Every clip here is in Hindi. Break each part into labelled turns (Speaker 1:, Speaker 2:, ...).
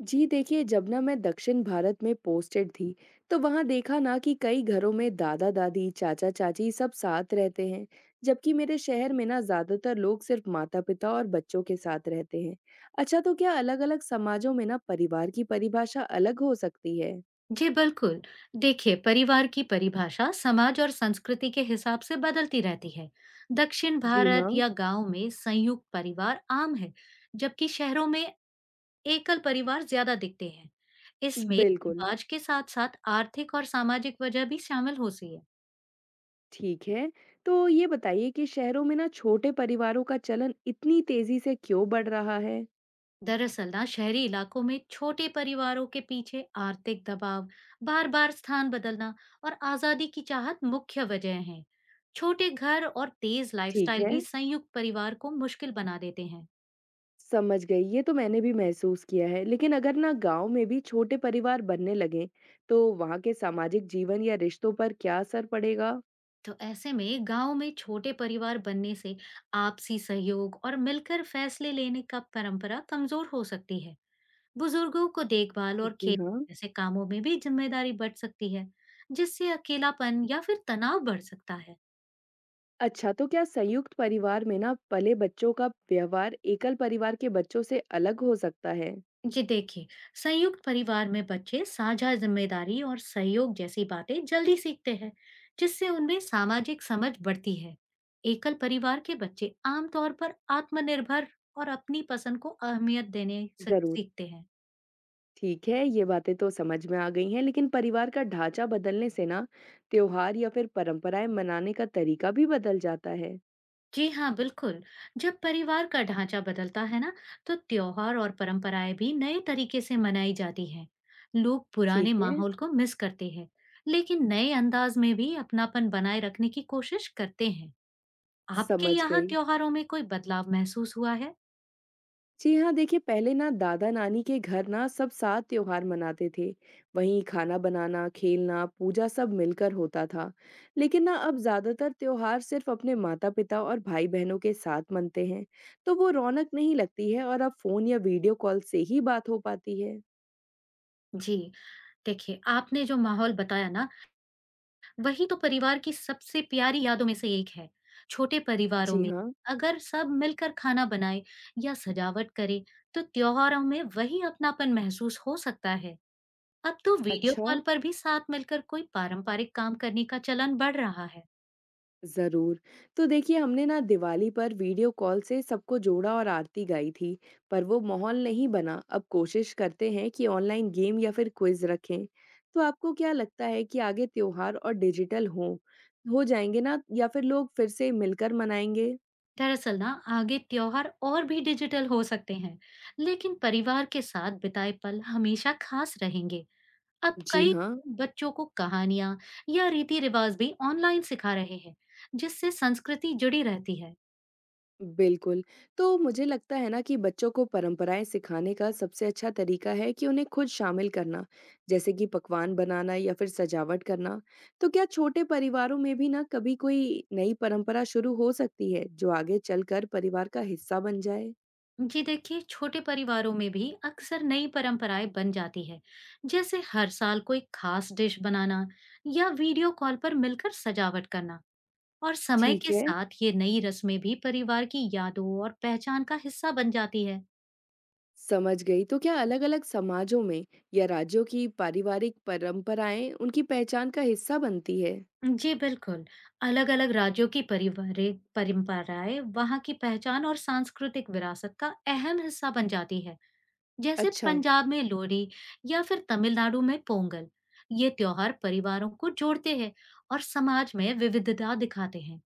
Speaker 1: जी देखिए, जब ना मैं दक्षिण भारत में पोस्टेड थी तो वहां देखा ना कि कई घरों में दादा दादी चाचा चाची सब साथ रहते हैं। जबकि मेरे शहर में ना ज्यादातर लोग सिर्फ माता पिता और बच्चों के साथ रहते हैं। अच्छा, तो क्या अलग अलग समाजों में ना परिवार की परिभाषा अलग हो सकती है?
Speaker 2: जी बिल्कुल। देखिए, परिवार की परिभाषा समाज और संस्कृति के हिसाब से बदलती रहती है। दक्षिण
Speaker 1: जी
Speaker 2: भारत
Speaker 1: हाँ,
Speaker 2: या गांव में संयुक्त परिवार आम है। जबकि शहरों में एकल परिवार ज्यादा दिखते हैं। इसमें
Speaker 1: बिल्कुल।
Speaker 2: रिवाज के साथ साथ आर्थिक और सामाजिक वजह भी शामिल होती है।
Speaker 1: ठीक है, तो ये बताइए कि शहरों में ना छोटे परिवारों का चलन इतनी तेजी से क्यों बढ़ रहा है?
Speaker 2: दरअसल ना, शहरी इलाकों में छोटे परिवारों के पीछे आर्थिक दबाव, बार बार स्थान बदलना, और आजादी की चाहत मुख्य वजह हैं। छोटे घर और तेज
Speaker 1: ठीक
Speaker 2: लाइफस्टाइल
Speaker 1: है,
Speaker 2: भी संयुक्त परिवार को मुश्किल बना देते हैं।
Speaker 1: समझ गई, ये तो मैंने भी महसूस किया है। लेकिन अगर ना गाँव में भी छोटे परिवार बनने लगें, तो वहाँ के सामाजिक जीवन या रिश्तों पर क्या असर पड़ेगा?
Speaker 2: तो ऐसे में गांव में छोटे परिवार बनने से आपसी सहयोग और मिलकर फैसले लेने का परंपरा कमजोर हो सकती है। बुजुर्गों को देखभाल और
Speaker 1: जी
Speaker 2: खेल
Speaker 1: हाँ।
Speaker 2: जैसे कामों में भी जिम्मेदारी बढ़ सकती है, जिससे अकेलापन या फिर तनाव बढ़ सकता है।
Speaker 1: अच्छा, तो क्या संयुक्त परिवार में ना पले बच्चों का व्यवहार एकल परिवार के बच्चों से अलग हो सकता है?
Speaker 2: जी देखिए, संयुक्त परिवार में बच्चे साझा जिम्मेदारी और सहयोग जैसी बातें जल्दी सीखते हैं, जिससे उनमें सामाजिक समझ बढ़ती है। एकल परिवार के बच्चे आमतौर पर आत्मनिर्भर और अपनी पसंद को अहमियत देने से-
Speaker 1: जरूर।
Speaker 2: सीखते हैं।
Speaker 1: ठीक है, ये बातें तो समझ में आ गई हैं, लेकिन परिवार का ढांचा बदलने से ना त्योहार या फिर परंपराएं मनाने का तरीका भी बदल जाता है।
Speaker 2: जी हाँ बिल्कुल। जब परिवार का ढांचा बदलता है ना, तो त्योहार और परंपराएं भी नए तरीके से मनाई जाती हैं। लोग पुराने
Speaker 1: ठीक है,
Speaker 2: माहौल को मिस करते हैं, लेकिन नए अंदाज में भी अपनापन बनाए रखने की कोशिश करते हैं। आपके
Speaker 1: समझ
Speaker 2: यहाँ
Speaker 1: गई।
Speaker 2: त्योहारों में कोई बदलाव महसूस हुआ है?
Speaker 1: जी हाँ, देखिए, पहले ना दादा नानी के घर ना सब साथ त्योहार मनाते थे। वहीं खाना बनाना खेलना पूजा सब मिलकर होता था। लेकिन ना अब ज्यादातर त्योहार सिर्फ अपने माता पिता और भाई बहनों के साथ मनते हैं। तो वो रौनक नहीं लगती है, और अब फोन या वीडियो कॉल से ही बात हो पाती है।
Speaker 2: जी, देखिए आपने जो माहौल बताया ना, वही तो परिवार की सबसे प्यारी यादों में से एक है। छोटे परिवारों
Speaker 1: जी
Speaker 2: में
Speaker 1: हाँ।
Speaker 2: अगर सब मिलकर खाना बनाए या सजावट करे, तो त्योहारों में वही अपनापन महसूस हो सकता है। अब तो वीडियो
Speaker 1: अच्छा।
Speaker 2: कॉल पर भी साथ मिलकर कोई पारंपरिक काम करने का चलन बढ़ रहा है।
Speaker 1: ज़रूर। तो देखिए, हमने ना दिवाली पर वीडियो कॉल से सबको जोड़ा और आरती गाई थी, पर वो माहौल नहीं बना। अब कोशिश करते हैं कि ऑनलाइन गेम या फिर क्विज़ रखें। तो आपको क्या लगता है कि आगे त्योहार और डिजिटल हो जाएँगे ना, या फिर लोग फिर से मिलकर मनाएँगे?
Speaker 2: दरअसल ना, आगे त्योहार और भी डिजिटल हो सकते हैं, लेकिन परिवार के साथ बिताए पल हमेशा खास रहेंगे। अब
Speaker 1: जी
Speaker 2: कई
Speaker 1: हाँ।
Speaker 2: बच्चों को कहानियां या रीति रिवाज भी ऑनलाइन सिखा रहे हैं, जिससे संस्कृति जुड़ी रहती है।
Speaker 1: बिल्कुल। तो मुझे लगता है ना कि बच्चों को परंपराएँ सिखाने का सबसे अच्छा तरीका है कि उन्हें खुद शामिल करना, जैसे कि पकवान बनाना या फिर सजावट करना। तो क्या छोटे परिवारों में भी ना कभी कोई नई परंपरा शुरू हो सकती है, जो आगे चलकर परिवार का हिस्सा बन जाए?
Speaker 2: जी देखिए, छोटे परिवारों में भी अक्सर नई परंपराएं बन जाती है, जैसे हर साल कोई खास डिश बनाना या वीडियो कॉल पर मिलकर सजावट करना। और समय
Speaker 1: ठीक
Speaker 2: के
Speaker 1: है,
Speaker 2: साथ ये नई रस्में भी परिवार की यादों और पहचान का हिस्सा बन जाती है।
Speaker 1: समझ गई। तो क्या अलग-अलग समाजों में या राज्यों की पारिवारिक परंपराएं उनकी पहचान का हिस्सा बनती है?
Speaker 2: जी, बिल्कुल। अलग-अलग राज्यों की पारिवारिक परंपराएँ वहाँ की पहचान और सांस्कृतिक विरासत का अहम हिस्सा बन जाती है। जैसे
Speaker 1: अच्छा।
Speaker 2: पंजाब में लोरी या फिर तमिलनाडु में पोंगल। ये त्योहार परिवारों को जोड़ते हैं और समाज में विविधता दिखाते हैं।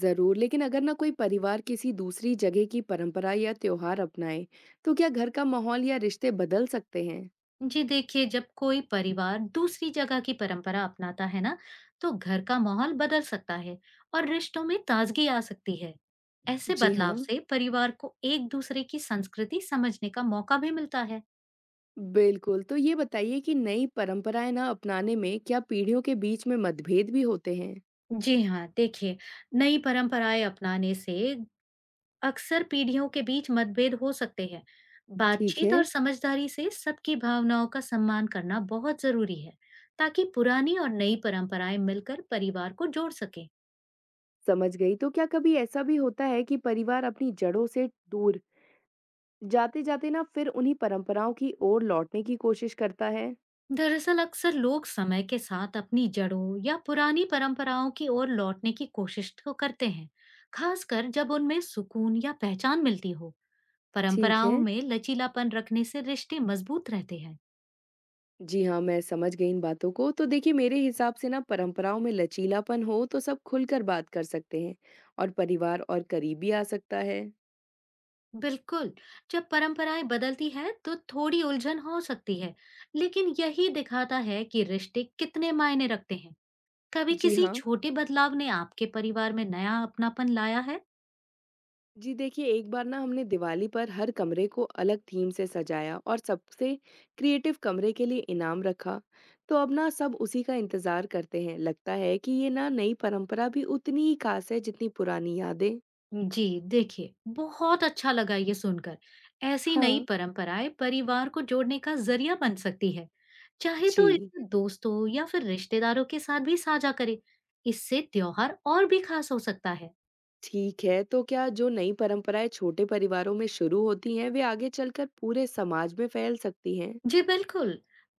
Speaker 1: जरूर, लेकिन अगर ना कोई परिवार किसी दूसरी जगह की परंपरा या त्योहार अपनाए, तो क्या घर का माहौल या रिश्ते बदल सकते हैं?
Speaker 2: जी देखिए, जब कोई परिवार दूसरी जगह की परंपरा अपनाता है ना, तो घर का माहौल बदल सकता है और रिश्तों में ताजगी आ सकती है। ऐसे
Speaker 1: जी
Speaker 2: बदलाव
Speaker 1: हाँ,
Speaker 2: से परिवार को एक दूसरे की संस्कृति समझने का मौका भी मिलता है।
Speaker 1: बिल्कुल। तो ये बताइए कि नई परंपराएं ना अपनाने में क्या पीढ़ियों के बीच में मतभेद भी होते हैं?
Speaker 2: जी हाँ देखिए, नई परंपराएं अपनाने से अक्सर पीढ़ियों के बीच मतभेद हो सकते हैं।
Speaker 1: ठीक
Speaker 2: बातचीत
Speaker 1: है,
Speaker 2: और समझदारी से सबकी भावनाओं का सम्मान करना बहुत जरूरी है, ताकि पुरानी और नई परंपराएं मिलकर परिवार को जोड़ सके।
Speaker 1: समझ गई। तो क्या कभी ऐसा भी होता है कि परिवार अपनी जड़ों से दूर जाते जाते ना फिर उन्हीं परंपराओं की ओर लौटने की कोशिश करता है?
Speaker 2: दरअसल अक्सर लोग समय के साथ अपनी जड़ों या पुरानी परंपराओं की ओर लौटने की कोशिश तो करते हैं, खासकर जब उनमें सुकून या पहचान मिलती हो।
Speaker 1: ठीक
Speaker 2: परंपराओं
Speaker 1: है।
Speaker 2: में लचीलापन रखने से रिश्ते मजबूत रहते हैं।
Speaker 1: जी हाँ, मैं समझ गई इन बातों को। तो देखिए, मेरे हिसाब से ना परंपराओं में लचीलापन हो तो सब खुलकर बात कर सकते हैं, और परिवार और करीब भी आ सकता है।
Speaker 2: बिल्कुल, जब परंपराएं बदलती है तो थोड़ी उलझन हो सकती है, लेकिन यही दिखाता है कि रिश्ते कितने मायने रखते हैं। कभी
Speaker 1: जी
Speaker 2: किसी
Speaker 1: हाँ।
Speaker 2: छोटे बदलाव ने आपके परिवार में नया अपनापन लाया है?
Speaker 1: जी देखिए, एक बार ना हमने दिवाली पर हर कमरे को अलग थीम से सजाया और सबसे क्रिएटिव कमरे के लिए इनाम रखा। तो अब ना सब उसी का इंतजार करते हैं। लगता है कि ये ना नई परंपरा भी उतनी ही खास है जितनी पुरानी यादें।
Speaker 2: जी देखिए, बहुत अच्छा लगा ये सुनकर। ऐसी नई
Speaker 1: हाँ।
Speaker 2: परंपराएं परिवार को जोड़ने का जरिया बन सकती है। चाहे तो
Speaker 1: जी।
Speaker 2: इसे दोस्तों या फिर रिश्तेदारों के साथ भी साझा करें। इससे त्योहार और भी खास हो सकता है।
Speaker 1: ठीक है, तो क्या जो नई परंपराएं छोटे परिवारों में शुरू होती हैं, वे आगे चलकर पूरे समाज में फैल सकती हैं?
Speaker 2: जी बिल्कुल।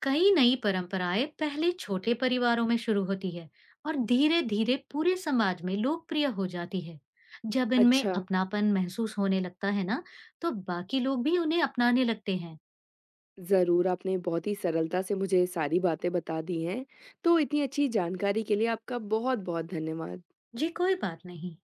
Speaker 2: कई नई परंपराएं पहले छोटे परिवारों में शुरू होती है, और धीरे धीरे पूरे समाज में लोकप्रिय हो जाती है। जब इनमें
Speaker 1: अच्छा,
Speaker 2: अपनापन महसूस होने लगता है ना, तो बाकी लोग भी उन्हें अपनाने लगते हैं।
Speaker 1: ज़रूर, आपने बहुत ही सरलता से मुझे सारी बातें बता दी हैं। तो इतनी अच्छी जानकारी के लिए आपका बहुत-बहुत धन्यवाद।
Speaker 2: जी कोई बात नहीं।